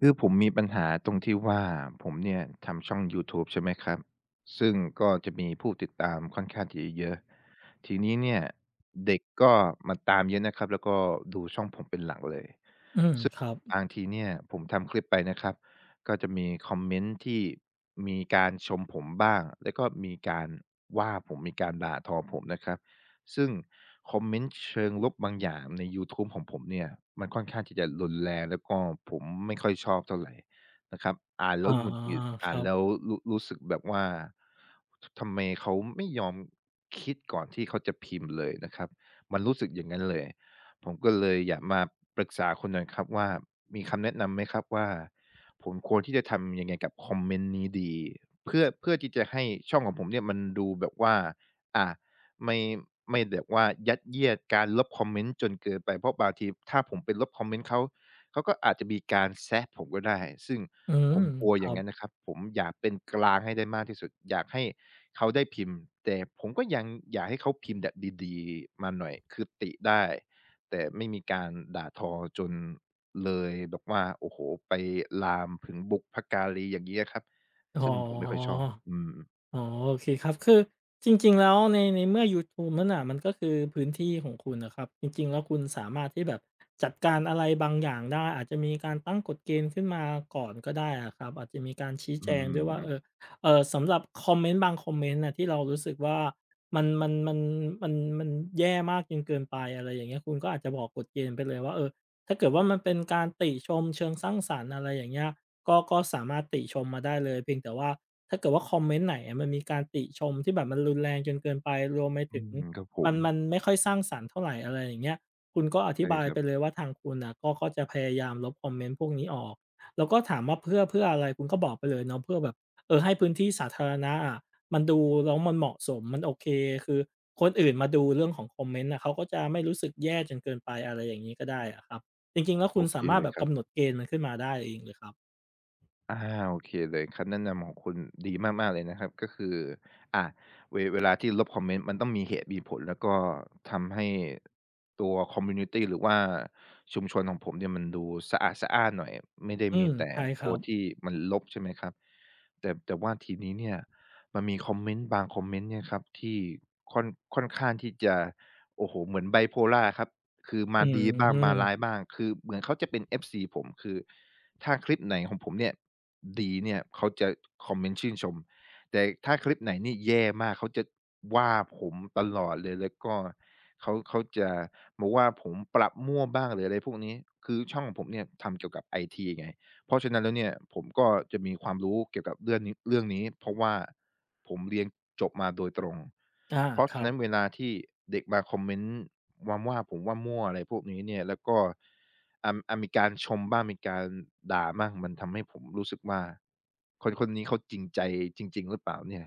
คือผมมีปัญหาตรงที่ว่าผมเนี่ยทำช่องยูทูบใช่ไหมครับซึ่งก็จะมีผู้ติดตามค่อนข้างที่จะเยอะทีนี้เนี่ยเด็กก็มาตามเยอะนะครับแล้วก็ดูช่องผมเป็นหลักเลย อืมครับบางทีเนี่ยผมทำคลิปไปนะครับก็จะมีคอมเมนต์ที่มีการชมผมบ้างแล้วก็มีการว่าผมมีการด่าทอผมนะครับซึ่งคอมเมนต์เชิงลบบางอย่างในยูทูบของผมเนี่ยมันค่อนข้างที่จะรุนแรงแล้วก็ผมไม่ค่อยชอบเท่าไรนะครับอ่านอ๋แล้อวหงุดหงิดคอ่านรัแล้บ วรู้สึกแบบว่าทำไมเขาไม่ยอมคิดก่อนที่เขาจะพิมพ์เลยนะครับมันรู้สึกอย่างงั้นเลย ผมก็เลยอยากมาปรึกษาคุณหน่อยครับว่ามีคำแนะนำไหมครับว่าผมควรที่จะทำยังไงกับคอมเมนต์นี้ดีเพื่อที่จะให้ช่องของผมเนี่ยมันดูแบบว่าอ่าไม่ไม่แบบว่ายัดเยียดการลบคอมเมนต์จนเกินไปเพราะบางทีถ้าผมไปลบคอมเมนต์เขาเขาก็อาจจะมีการแซะผมก็ได้ซึ่งอืมผมกลัวคอรัย่างบ งั้นนะครับผมอยากเป็นกลางให้ได้มากที่สุดอยากให้เขาได้พิมพ์แต่ผมก็ยังอยากให้เขาพิมพ์แบบดีๆมาหน่อยคือติได้ แต่ไม่มีการด่าทอจนเลยแบบว่าโอ้โฮไปลามถึงบุพการีอย่างงี้อะครับอ๋อ ซึ่งผมไม่ค่อยชอบอืมอ๋อโอเคครับคือจริงๆแล้วในเมื่อยูทูบนั่นน่ะมันก็คือพื้นที่ของคุณน่ะครับจริงๆแล้วคุณสามารถที่แบบจัดการอะไรบางอย่างได้อาจจะมีการตั้งกฎเกณฑ์ขึ้นมาก่อนก็ได้อะครับอาจจะมีการชี้อืแจงด้วยว่าเออมสำหรับคอมเมนต์บางคอมเมนต์น่ะที่เรารู้สึกว่ามันมันมันมันมันแย่มากจนเกินไปอะไรอย่างเงี้ยคุณก็อาจจะบอกกฎเกณฑ์ไปเลยว่าเออถ้าเกิดว่ามันเป็นการติชมเชิงสร้างสรรค์อะไรอย่างเงี้ยก็สามารถติชมมาได้เลยเพียงแต่ว่า ถ้าเกิดว่าคอมเมนต์ไหนอะมันมีการติชมที่แบบมันรุนแรงจนเกินไปรวมไปอืถึงมครับผมัมนมันไม่ค่อยสร้างสรรค์เท่าไรอะไรอย่างเงี้ยคุณก็อธิใช่บายครัไปเลบยว่าทางคุณน่ะก็จะพยายามลบคอมเมนต์พวกนี้ออกแล้วก็ถามว่าเพื่ออะไรคุณก็บอกไปเลยเนาะเพื่อแบบเออให้พื้นที่สาธารณะอะมันดูแล้วมันเหมาะสมมันโอเคคือคนอื่นมาดูเรื่องของคอมเมนต์น่ะเขาก็จะไม่รู้สึกแย่จนเกินไปอะไรอย่างงี้ก็ได้อะครับจริงๆแล้วคุโอณเคสามารถเลแบยบครักำหนบ ดเกณฑ์มันขึ้นมาได้เองเลยครับอาโอเคเลยคำแนะนำของคุณดีมากๆเลยนะครับก็คืออ่ะเวลาที่ลบคอมเมนต์มันต้องมีเหตุมีผลแล้วก็ทำให้ตัวคอมมูนิตีหรือว่าชุมชนของผมเนี่ยมันดูสะอาดสะอ้านหน่อยไม่ได้อืมีมแต่ใช่คโพรัสบต์ที่มันลบใช่ไหมครับแต่ว่าทีนี้เนี่ยมันมีคอมเมนต์บางคอมเมนต์เนี่ยครับที่ค่อนค่อนข้างที่จะโอ้โหเหมือน b บโพล่าครับคืออืมาดีบ้างมาร้ายม บ้างคือเหมือนเขาจะเป็นเอฟซีผมคือ ถ้าคลิปไหนของผมเนี่ยดีเนี่ยเขาจะคอมเมนต์ชื่นชมแต่ถ้าคลิปไหนนี่แย่มากเขาจะว่าผมตลอดเลยแล้วก็เขาจะมาว่าผมปรับมั่วบ้างหรืออะไรพวกนี้คือช่องของผมเนี่ยทำเกี่ยวกับไอทีไง เพราะฉะนั้นแล้วเนี่ยผมก็จะมีความรู้เกี่ยวกับเรื่องนี้เพราะว่าผมเรียนจบมาโดยตรงอาเพราะครัฉะนั้นเวบลาที่เด็กมาคอมเมนต์วมาว่าผมว่ามั่วอะไรพวกนี้เนี่ยแล้วก็มีการชมบ้างมีการด่าบ้างมันทำให้ผมรู้สึกว่าคนคนนี้เขาจริงใจจริงๆหรือเปล่าเนี่ย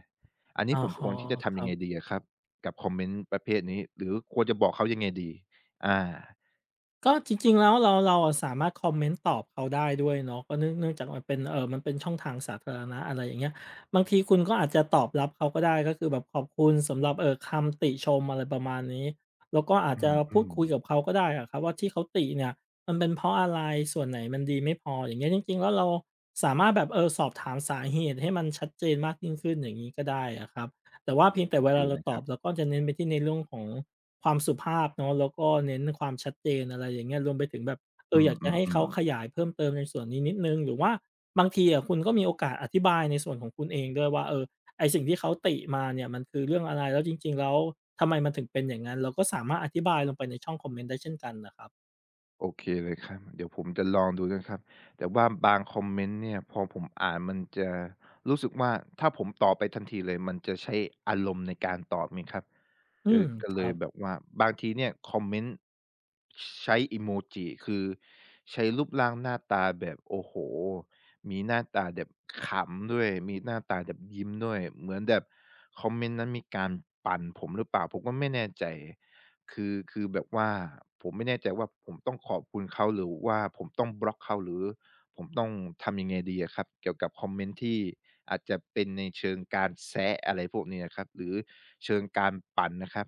อันนี้อะผมคฮะวรที่จะคทำรัยังไงดีบอะครับกับคอมเมนต์ประเภทนี้หรือควรจะบอกเขายังไงดีอาก็จริงๆแล้วเราอะสามารถคอมเมนต์ตอบเขาได้ด้วยเนาะก็เนื่องจากมันเป็นมันเป็นช่องทางสาธารณะอะไรอย่างเงี้ยบางทีคุณก็อาจจะตอบรับเขาก็ได้ก็คือแบบขอบคุณสำหรับคำติชมอะไรประมาณนี้แล้วก็อาจอืจะมอืพูดมคุยกับเขาก็ได้อะครับว่าที่เขาติเนี่ยมันเป็นเพราะอะไรส่วนไหนมันดีไม่พออย่างเงี้ยจริงๆแล้วเราสามารถแบบสอบถามสาเหตุให้มันชัดเจนมากยิ่งขึ้นอย่างงี้ก็ได้อะครับแต่ว่าเพียงแต่โอเวเคลาเลเรายตคอรับบเราก็จะเน้นไปที่ในเรื่องของ ความสุภาพเนาะแล้วก็เน้นความชัดเจนอะไรอย่างเงี้ยรวมไปถึงแบบเอออือมยากอืจะมให้อืเขาม ขยายเพิ่มเติมในส่วนนี้นิดหนึ่งหรือว่าบางทีอะคุณก็มีโอกาสอธิบายในส่วนของคุณเองด้วยว่าเออไอ้สิ่งที่เขาติมาเนี่ยมันคือเรื่องอะไรแล้วจริงๆแล้วทำไมมันถึงเป็นอย่างงั้นเราก็สามารถอธิบายลงไปในช่องคอมเมนต์ได้เช่นกันน่ะครับโอเคเลยครับเดี๋ยวผมจะลองดูนะครับแต่ว่าบางคอมเมนต์เนี่ยพอผมอ่านมันจะรู้สึกว่าถ้าผมตอบไปทันทีเลยมันจะใช้อารมณ์ในการตอบนี่ครับอืก็มก็คเลรัยบแบบว่าบางทีเนี่ยคอมเมนต์ใช้อิโมจิคือใช้รูปร่างหน้าตาแบบโอ้โฮมีหน้าตาแบบขำด้วยมีหน้าตาแบบยิ้มด้วยเหมือนแบบคอมเมนต์นั้นมีการปั่นผมหรือเปล่าผมก็ไม่แน่ใจ คือแบบว่าผมไม่แน่ใจว่าผมต้องขอบคุณเขาหรือว่าผมต้องบล็อกเขาหรือผมต้องทำยังไงดีอะครับเกี่ยวกับคอมเมนต์ที่อาจจะเป็นในเชิงการแซะอะไรพวกนี้อะครับหรือเชิงการปั่นนะครับ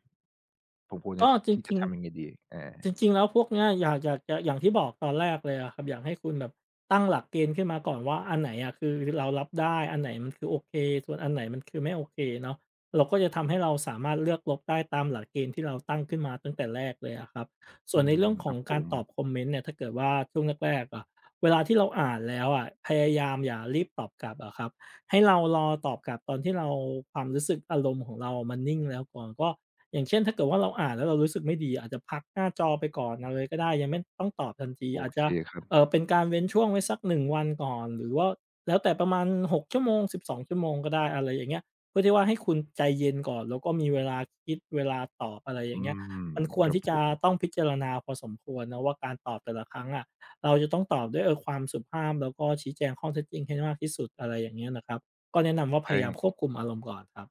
ผมควรจะก็ทจที่จะริงทำยังไงดีๆ จอาริงๆแล้วพวกเนี้ยอยากจะอย่างที่บอกตอนแรกเลยอะครับอยากให้คุณแบบตั้งหลักเกณฑ์ขึ้นมาก่อนว่าอันไหนอะคือเรารับได้อันไหนมันคือโอเคส่วนอันไหนมันคือไม่โอเคเนาะเราก็จะทำให้เราสามารถเลือกลบได้ตามหลักเกณฑ์ที่เราตั้งขึ้นมาตั้งแต่แรกเลยอะครับส่อืวนในมเรื่องขคอรังบผการมตอบคอมเมนต์เนี่ยถ้าเกิดว่าช่วงแรกๆอะเวลาที่เราอ่านแล้วอะพยายามอย่ารีบตอบกลับอะครับให้เรารอตอบกลับตอนที่เราความรู้สึกอารมณ์ของเรามันนิ่งแล้วก่อนก็ อย่างเช่นถ้าเกิดว่าเราอ่านแล้วเรารู้สึกไม่ดีอาจจะพักหน้าจอไปก่อนเอาเลยก็ได้ยังไม่ต้องตอบทันทีโออาจเคจะครับเป็นการเว้นช่วงไว้สัก1 วันก่อนหรือว่าแล้วแต่ประมาณ6 ชั่วโมง12 ชั่วโมงก็ได้อะไรอย่างเงี้ยเพื่อที่ว่าให้คุณใจเย็นก่อนแล้วก็มีเวลาคิดเวลาตอบอะไรออืย่างเงี้ยมมันควครรับที่ผจะมต้องพิจารณาพอสมควรนะว่าการตอบแต่ละครั้งอะเราจะต้องตอบด้วยเออความสุภาพแล้วก็ชี้แจงข้อเท็จจริงให้มากที่สุดอะไรอย่างเงี้ยนะครับก็แนะนำว่าพยายามควใช่ บคุมอารมณ์ก่อนครับ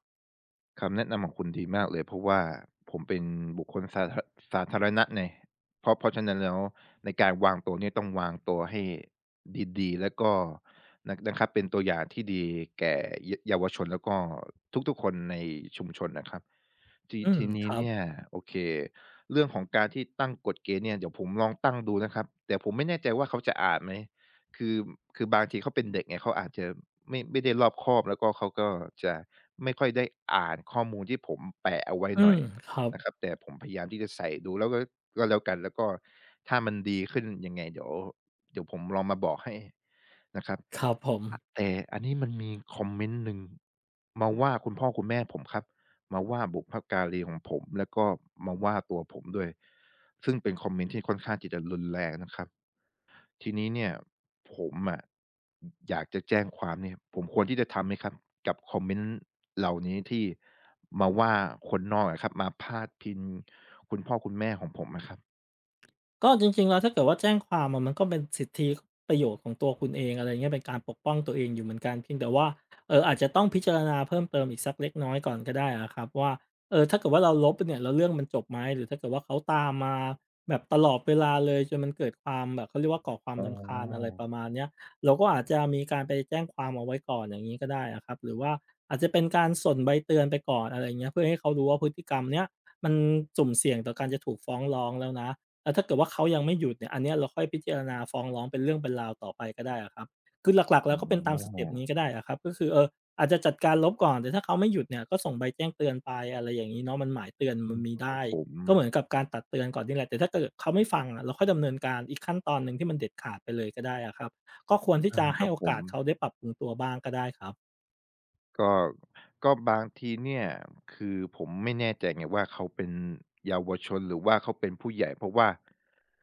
คำแนะนำของคุณดีมากเลยเพราะว่าผมเป็นบุคคลสาธารณะไงเพราะฉะนั้นแล้วในการวางตัวเนี่ยต้องวางตัวให้ดีๆแล้วก็นะครับเป็นตัวอย่างที่ดีแก่เยาวชนแล้วก็ทุกๆคนในชุมชนนะครับทีอืมทีคนี้รับเนี่ยโอเคเรื่องของการที่ตั้งกฎเกณฑ์เนี่ยเดี๋ยวผมลองตั้งดูนะครับแต่ผมไม่แน่ใจว่าเขาจะอ่านไหม คือคือบางทีเขาเป็นเด็กไงเขาอาจจะไม่ได้รอบคอบแล้วก็เขาก็จะไม่ค่อยได้อ่านข้อมูลที่ผมแปะเอาไว้อืหน่มอยครับ นะครับแต่ผมพยายามที่จะใส่ดูแล้วก็ก็แล้วกันแล้วก็ถ้ามันดีขึ้นยังไงเดี๋ยวผมลองมาบอกให้นะครับครับผม อะแต่อันนี้มันมีคอมเมนต์หนึ่งมาว่าคุณพ่อคุณแม่ผมครับมาว่าบุพการีของผมแล้วก็มาว่าตัวผมด้วยซึ่งเป็นคอมเมนต์ที่ค่อนข้างที่จะรุนแรงนะครับ ทีนี้เนี่ยผมอะอยากจะแจ้งความเนี่ยผมควรที่จะทำไหมครับกับคอมเมนต์เหล่านี้ที่มาว่าคนนอกอะครับมาพาดพิงคุณพ่อคุณแม่ของผมอะครับก็จริงๆแล้วถ้าเกิดว่าแจ้งความอะมันก็เป็นสิทธิประโยชน์ของตัวคุณเองอะไรเงี้ยเป็นการปกป้องตัวเองอยู่เหมือนกันเพียงแต่ว่าอาจจะต้องพิจารณาเพิ่มเติมอีกสักเล็กน้อยก่อนก็ได้อะครับว่าเออถ้าเกิดว่าเราลบเนี่ยแล้วเรื่องมันจบไหมหรือถ้าเกิดว่าเขาตามมาแบบตลอดเวลาเลยจนมันเกิดความแบบเขาเรียกว่าก่อความอ๋รำคาญอะไรอประมาณเนี้ยเราก็อาจจะมีการไปแจ้งความเอาไว้ก่อนอย่างงี้ก็ได้อะครับหรือว่าอาจจะเป็นการส่งใบเตือนไปก่อนอะไรเงี้ยเพื่อให้เขารู้ว่าพฤติกรรมเนี้ยมันสุ่มเสี่ยงต่อการจะถูกฟ้องร้องแล้วนะ แล้วถ้าเกิดว่าเขายังไม่หยุดเนี่ยอันเนี้ยเราค่อยพิจารณาฟ้องร้องเป็นเรื่องเป็นราวต่อไปก็ได้อะครับคือหลักๆอ๋แล้วก็เป็นตามสอเต็ปนี้ก็ได้อะครับก็คืออาจจะจัดการลบก่อนแต่ถ้าเขาไม่หยุดเนี่ยก็ส่งใบแจ้งเตือนไปอะไรอย่างงี้เนาะมันหมายเตือนอืมันมมีครัได้บผมก็เหมือนกับการตักเตือนก่อนนี่แหละแต่ถ้าเกิดเขาไม่ฟังอะเราค่อยดำเนินการอีกขั้นตอนหนึ่งที่มันเด็ดขาดไปเลยก็ได้อะครับก็ควรที่อาจะคให้รับโอผม กาสเขาได้ปรับปรุงตัวบ้างก็ได้ครับก็ก็บางทีเนี่ยคือผมไม่แน่ใจไงว่าเขาเป็นเยาวชนหรือว่าเขาเป็นผู้ใหญ่เพราะว่า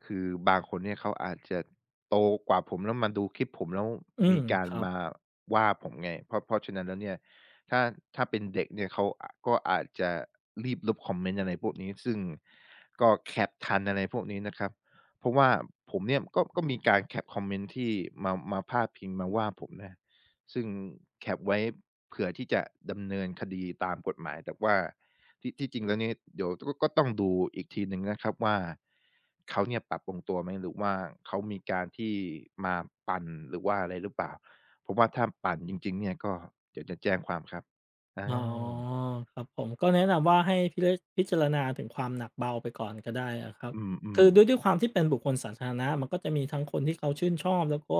คือบางคนเนี่ยเขาอาจจะโตกว่าผมแล้วมาดูคลิปผมแล้วอืมมีกาครรับ มาว่าผมไงเพราะเพราะฉะนั้นแล้วเนี่ยถ้าถ้าเป็นเด็กเนี่ยเขาอะก็อาจจะรีบลบคอมเมนต์อะไรพวกนี้ซึ่งก็แคปทันอะไรพวกนี้นะครับเพราะว่าผมเนี่ยก็มีการแคปคอมเมนต์ที่มาพาดพิงมาว่าผมนะ ซึ่งแคปไว้เผื่อที่จะดำเนินคดีตามกฎหมายแต่ว่าที่จริงแล้วเนี่ยเดี๋ยวก็ต้องดูอีกทีหนึ่งนะครับว่าเขาเนี่ยปรับปรุงตัวไหมหรือว่าเขามีการที่มาปั่นหรือว่าอะไรหรือเปล่าเพราะว่าถ้าปั่นจริงๆเนี่ยก็เดี๋ยวจะแจ้งความครับอาอ๋อครับผมก็แนะนำว่าให้พิเลพิจารณาถึงความหนักเบาไปก่อนก็ได้อะครับอืมคือด้วยๆความที่เป็นบุคคลสาธารณะมันก็จะมีทั้งคนที่เขาชื่นชอบแล้วก็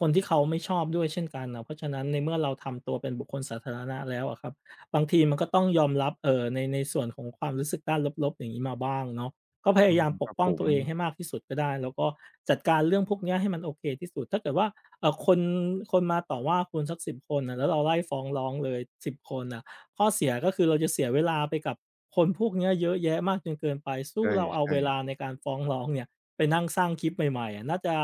คนที่เขาไม่ชอบด้วยเช่นกันนะเพราะฉะนั้นในเมื่อเราทำตัวเป็นบุคคลสาธารณะแล้วอะครับบางทีมันก็ต้องยอมรับเออในส่วนของความรู้สึกด้านลบๆอย่างนี้มาบ้างเนาะก็พอืยายามมปคกรับป้อผงตัมวเองให้มากที่สุดก็ได้แล้วก็จัดการเรื่องพวกเนี้ยให้มันโอเคที่สุดถ้าเกิดว่าเอ่อคนคนมาต่อว่าคุณสักสิบคนนะแล้วเราไล่ฟ้องร้องเลยสิบคนนะ ข้อเสียก็คือเราจะเสียเวลาไปกับคนพวกเนี้ยเยอะแยะมากจนเกินไปสู้เราเอาใช่เวๆลาในการฟ้องร้องเนี่ยไปนั่งสร้างคลิปใหม่ๆอะน่าจะ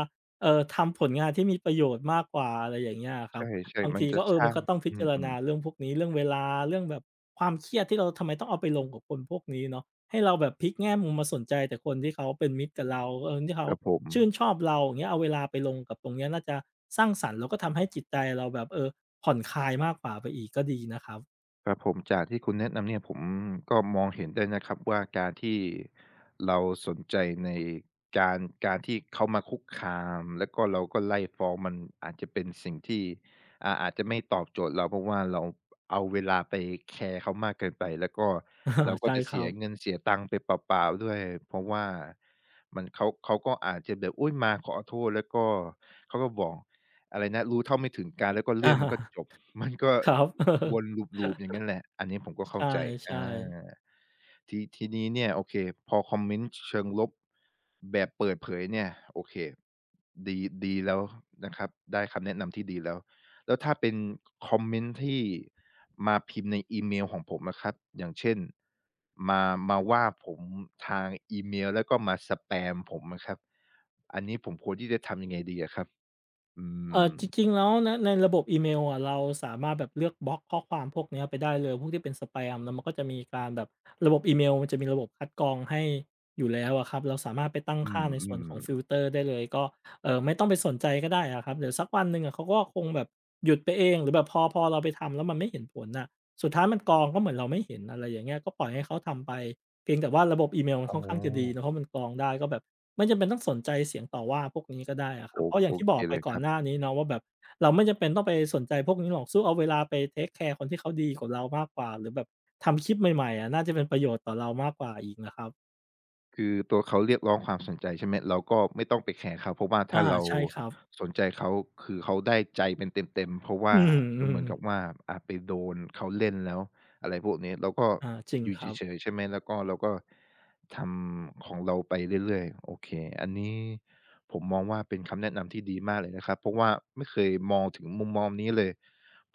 ทำผลงานที่มีประโยชน์มากกว่าอะไรอย่างเงี้ยอะคใรับช่บางๆมันทีจะก็เอสอมัร้านงก็ต้องพิอจารืณามเรื่องพวกนี้เรื่องเวลาเรื่องแบบความเครียดที่เราทำไมต้องเอาไปลงกับคนพวกนี้เนาะให้เราแบบพลิกแง่มุมมาสนใจแต่คนที่เขาเป็นมิตรกับเราเออที่ๆเขาครับผม ชื่นชอบเราอย่างเงี้ยเอาเวลาไปลงกับตรงเนี้ยน่าจะสร้างสรรค์แล้วก็ทำให้จิตใจเราแบบเออผ่อนคลายมากกว่าไปอีกก็ดีนะครับ ครับผมจากที่คุณแนะนำเนี่ยผมก็มองเห็นได้นะครับว่าการที่เราสนใจในการการที่เขามาคุกคามแล้วก็เราก็ไล่ฟ้องมันอาจจะเป็นสิ่งที่อาจจะไม่ตอบโจทย์เราเพราะว่าเราเอาเวลาไปแคร์เขามากเกินไปแล้วก็ อาเราก็ใช่จะคเสีรัยบ เงินเสียตังค์ไปเปล่าๆด้วยเพราะว่ามันเขาก็อาจจะแบบอุ๊ยมาขอโทษแล้วก็เขาก็บอกอะไรนะรู้เท่าไม่ถึงการแล้วก็ อเรื่องมันก็จาบ มันก็ครับ วนลูปๆอย่างงั้นแหละ อันนี้ผมก็ใชเข้าใจอา่ๆทีนี้เนี่ยโอเค พอคอมเมนต์เชิงลบแบบเปิดเผยเนี่ยโอเคดีดีแล้วนะครับได้คำแนะนำที่ดีแล้ว แล้วถ้าเป็นคอมเมนต์ที่มาพิมพ์ในอีเมลของผมอะครับอย่างเช่นมามาว่าผมทางอีเมลแล้วก็มาสแปมผมอะครับอันนี้ผมควรที่จะทำยังไงดีอะครับอืมจริงๆแล้วนะในระบบอีเมลอะเราสามารถแบบเลือกบล็อกข้อความพวกเนี้ยไปได้เลยพวกที่เป็นสแปมแล้วมันก็จะมีการแบบระบบอีเมลมันจะมีระบบคัดกรองให้อยู่แล้วอะครับเราสามารถไปตั้งอืค่าในส่วนของฟิลมเตอร์ได้เลยก็ไม่ต้องไปสนใจก็ได้อะครับเดี๋ยวสักวันหนึ่งอะเขาก็คงแบบหยุดไปเองหรือแบบพอเราไปทำแล้วมันไม่เห็นผลน่ะสุดท้ายมันกรองก็เหมือนเราไม่เห็นอะไรอย่างเงี้ยก็ปล่อยให้เขาทำไป เพียงแต่ว่าระบบอีเมลมัๆนอ๋อ ค่อนข้างจะดีเนาะเพราะมันกรองได้ก็แบบไม่จำเป็นต้องสนใจเสียงต่อว่าพวกนี้ก็ได้อะครัโอบเพราะอย่าโองที่บเคอกไปเลยก่คอนรับหน้านี้เนาะว่าแบบเราไม่จำเป็นต้องไปสนใจพวกนี้หรอกสู้เอาเวลาไปเทกแคร์คนที่เขาดีกว่าเรามากกว่าหรือแบบทำคลิปใหม่ๆอะน่าจะเป็นประโยชน์ต่อเรามากกว่าอีกนะครับคือตัวเขาเรียกร้องความสนใจใช่ไหมเราก็ไม่ต้องไปแคร์เขาเพราะว่าอาถ้าเราใช่ครับสนใจเขาคือเขาได้ใจเป็นเต็มๆเพราะอืว่าเหมมือนกับๆว่าไปโดนเขาเล่นแล้วอะไรพวกนี้เราก็อาจริงอยู่ครับเฉยๆใช่ไหมแล้วก็เราก็ทำของเราไปเรื่อยๆโอเคอันนี้ผมมองว่าเป็นคำแนะนำที่ดีมากเลยนะครับเพราะว่าไม่เคยมองถึงมุมมองนี้เลย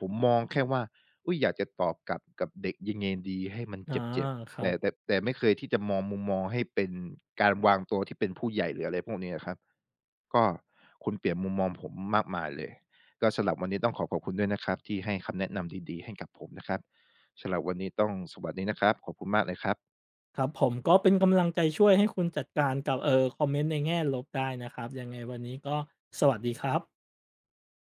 ผมมองแค่ว่าอุ๊ยอยากจะตอบกลับกับเด็กยังไงดีให้มันอาเจ็บคๆ รัแต่แต่บแต่ไม่เคยที่จะมองมุมมองให้เป็นการวางตัวที่เป็นผู้ใหญ่หรืออะไรพวกนี้อะครับก็คุณเปลี่ยนมุมมองผมมากมายเลยก็สำหรับวันนี้ต้องขอบคุณด้วยนะครับที่ให้คำแนะนำดีๆให้กับผมนะครับสำหรับวันนี้ต้องสวัสดีนะครับขอบคุณมากเลยครับครับผมก็เป็นกำลังใจช่วยให้คุณจัดการกับคอมเมนต์ในแง่ลบได้นะครับยังไงวันนี้ก็สวัสดีครับ